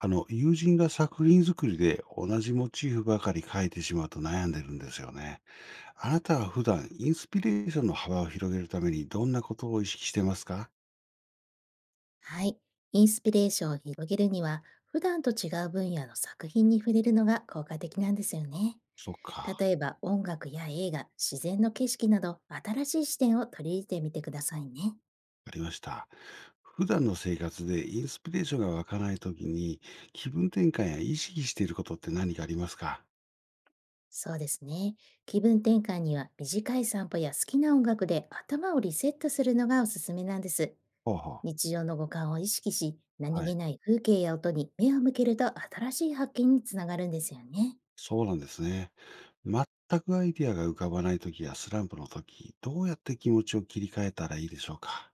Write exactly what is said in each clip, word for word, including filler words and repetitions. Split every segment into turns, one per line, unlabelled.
あの、友人が作品作りで同じモチーフばかり描いてしまうと悩んでるんですよね。あなたは普段インスピレーションの幅を広げるためにどんなことを意識してますか？
はい。インスピレーションを広げるには、普段と違う分野の作品に触れるのが効果的なんですよね。
そっか、
例えば音楽や映画、自然の景色など新しい視点を取り入れてみてくださいね。
ありました。普段の生活でインスピレーションが湧かないときに気分転換や意識していることって何かありますか？
そうですね。気分転換には短い散歩や好きな音楽で頭をリセットするのがおすすめなんです。
ほうほう。
日常の五感を意識し、何
は
気
い。
ない風景や音に目を向けると新しい発見につながるんですよね。
そうなんですね。全くアイディアが浮かばないときやスランプのとき、どうやって気持ちを切り替えたらいいでしょうか？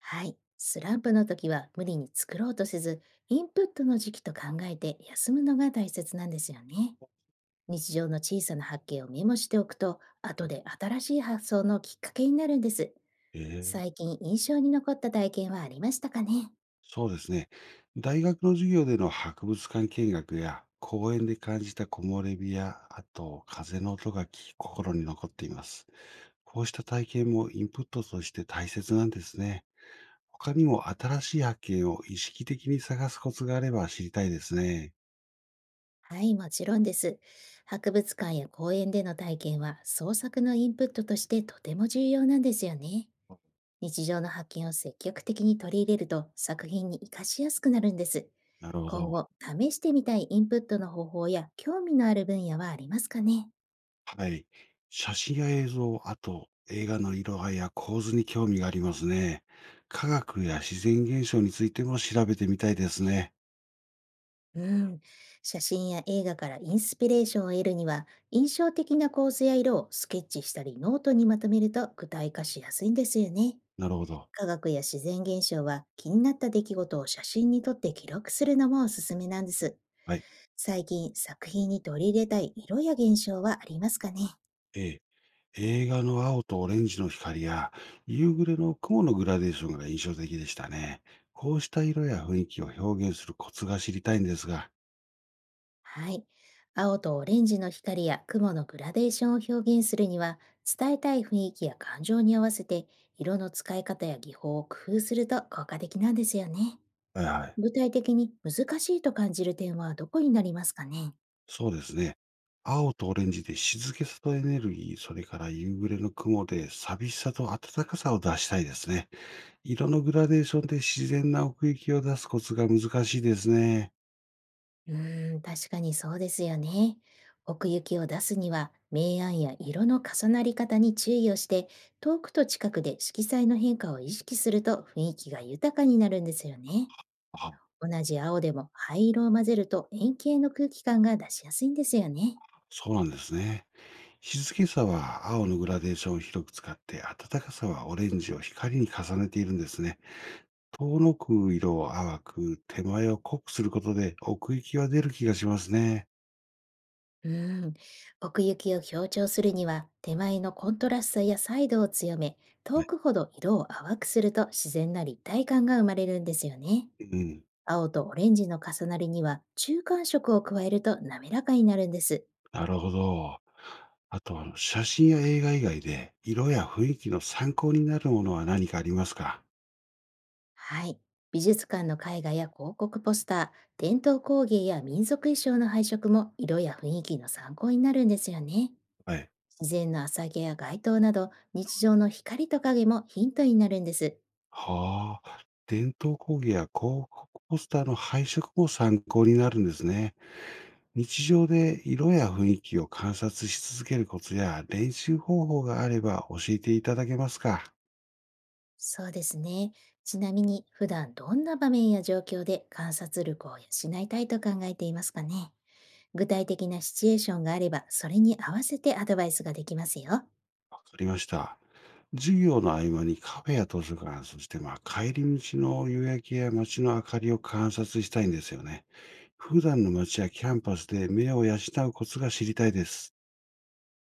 はい。スランプの時は無理に作ろうとせず、インプットの時期と考えて休むのが大切なんですよね。日常の小さな発見をメモしておくと、後で新しい発想のきっかけになるんです。
ええ。
最近印象に残った体験はありましたかね？
そうですね。大学の授業での博物館見学や公園で感じた木漏れ日や、あと風の音がき心に残っています。こうした体験もインプットとして大切なんですね。他にも新しい発見を意識的に探すコツがあれば知りたいですね。
はい、もちろんです。博物館や公園での体験は創作のインプットとしてとても重要なんですよね。日常の発見を積極的に取り入れると作品に活かしやすくなるんです。
なるほ
今
ど。
後、試してみたいインプットの方法や興味のある分野はありますかね？
はい。写真や映像、あと映画の色合いや構図に興味がありますね。科学や自然現象についても調べてみたいですね。
うん。写真や映画からインスピレーションを得るには、印象的な構図や色をスケッチしたりノートにまとめると具体化しやすいんですよね。
なるほど。
科学や自然現象は気になった出来事を写真に撮って記録するのもおすすめなんです。
はい。
最近作品に取り入れたい色や現象はありますかね？
ええ。映画の青とオレンジの光や夕暮れの雲のグラデーションが印象的でしたね。こうした色や雰囲気を表現するコツが知りたいんですが。
はい。青とオレンジの光や雲のグラデーションを表現するには、伝えたい雰囲気や感情に合わせて、色の使い方や技法を工夫すると効果的なんですよね。
はいはい。
具体的に難しいと感じる点はどこになりますかね？
そうですね。青とオレンジで静けさとエネルギー、それから夕暮れの雲で寂しさと暖かさを出したいですね。色のグラデーションで自然な奥行きを出すコツが難しいですね。
うーん、確かにそうですよね。奥行きを出すには、明暗や色の重なり方に注意をして、遠くと近くで色彩の変化を意識すると雰囲気が豊かになるんですよね。
あ、
同じ青でも灰色を混ぜると円形の空気感が出しやすいんですよね。
そうなんですね。静けさは青のグラデーションを広く使って、暖かさはオレンジを光に重ねているんですね。遠のく色を淡く、手前を濃くすることで奥行きは出る気がしますね。
うん。奥行きを強調するには、手前のコントラストやサイドを強め、
ね。
遠くほど色を淡くすると自然な立体感が生まれるんですよね。
うん、
青とオレンジの重なりには中間色を加えると滑らかになるんです。
なるほど。あと、あの写真や映画以外で、色や雰囲気の参考になるものは何かありますか？
はい。美術館の絵画や広告ポスター、伝統工芸や民族衣装の配色も色や雰囲気の参考になるんですよね。
はい。
自然の朝毛や街灯など日常の光と影もヒントになるんです。
はあ、伝統工芸や広告ポスターの配色も参考になるんですね。日常で色や雰囲気を観察し続けるコツや練習方法があれば教えていただけますか？
そうですね。ちなみに普段どんな場面や状況で観察力を養いたいと考えていますかね？具体的なシチュエーションがあればそれに合わせてアドバイスができますよ。
わかりました。授業の合間にカフェや図書館、そしてまあ帰り道の夕焼けや街の明かりを観察したいんですよね。普段の街やキャンパスで目を養うコツが知りたいです。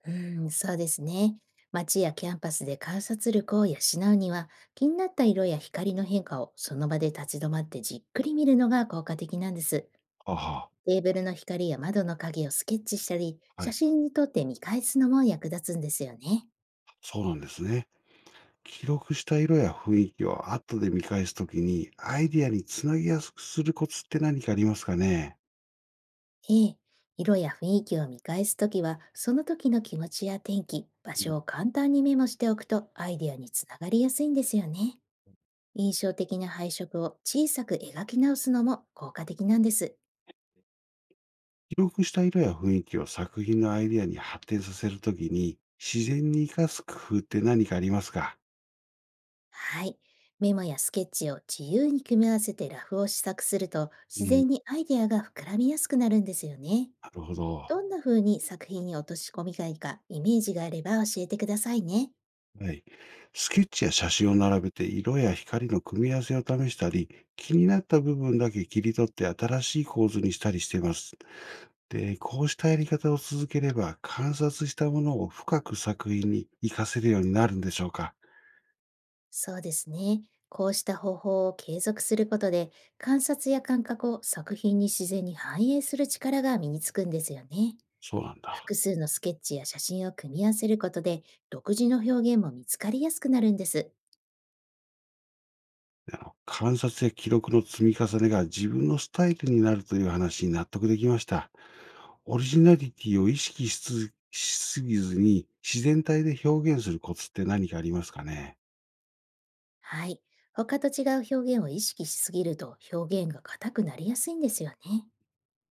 うーん、そうですね。街やキャンパスで観察力を養うには、気になった色や光の変化をその場で立ち止まってじっくり見るのが効果的なんです。
あ
テーブルの光や窓の影をスケッチしたり、
あ、は
写
い。
真に撮って見返すのも役立つんですよね。
そうなんですね。記録した色や雰囲気を後で見返すときにアイディアにつなぎやすくするコツって何かありますかね？
ええ、色や雰囲気を見返すときは、その時の気持ちや天気、場所を簡単にメモしておくとアイデアにつながりやすいんですよね。印象的な配色を小さく描き直すのも効果的なんです。
記録した色や雰囲気を作品のアイデアに発展させるときに、自然に活かす工夫って何かありますか？
はい。メモやスケッチを自由に組み合わせてラフを試作すると、
う
自
ん、
然にアイデアが膨らみやすくなるんですよね。
なるほど。
どんな風に作品に落とし込みがいいか、イメージがあれば教えてくださいね。
はい。スケッチや写真を並べて色や光の組み合わせを試したり、気になった部分だけ切り取って新しい構図にしたりしています。で、こうしたやり方を続ければ観察したものを深く作品に活かせるようになるんでしょうか？
そうですね。こうした方法を継続することで、観察や感覚を作品に自然に反映する力が身につくんですよね。
そうなんだ。
複数のスケッチや写真を組み合わせることで、独自の表現も見つかりやすくなるんです。
あの、観察や記録の積み重ねが自分のスタイルになるという話に納得できました。オリジナリティを意識しつしすぎずに自然体で表現するコツって何かありますかね？
はい。他と違う表現を意識しすぎると表現が硬くなりやすいんですよね。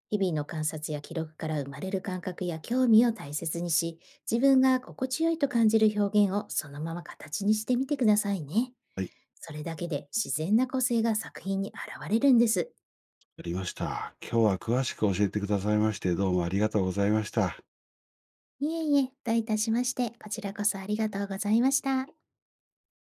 日々の観察や記録から生まれる感覚や興味を大切にし、自分が心地よいと感じる表現をそのまま形にしてみてくださいね。
はい、
それだけで自然な個性が作品に現れるんです。
ありました。今日は詳しく教えてくださいまして、どうもありがとうございました。
いえいえ、どういたしまして、こちらこそありがとうございました。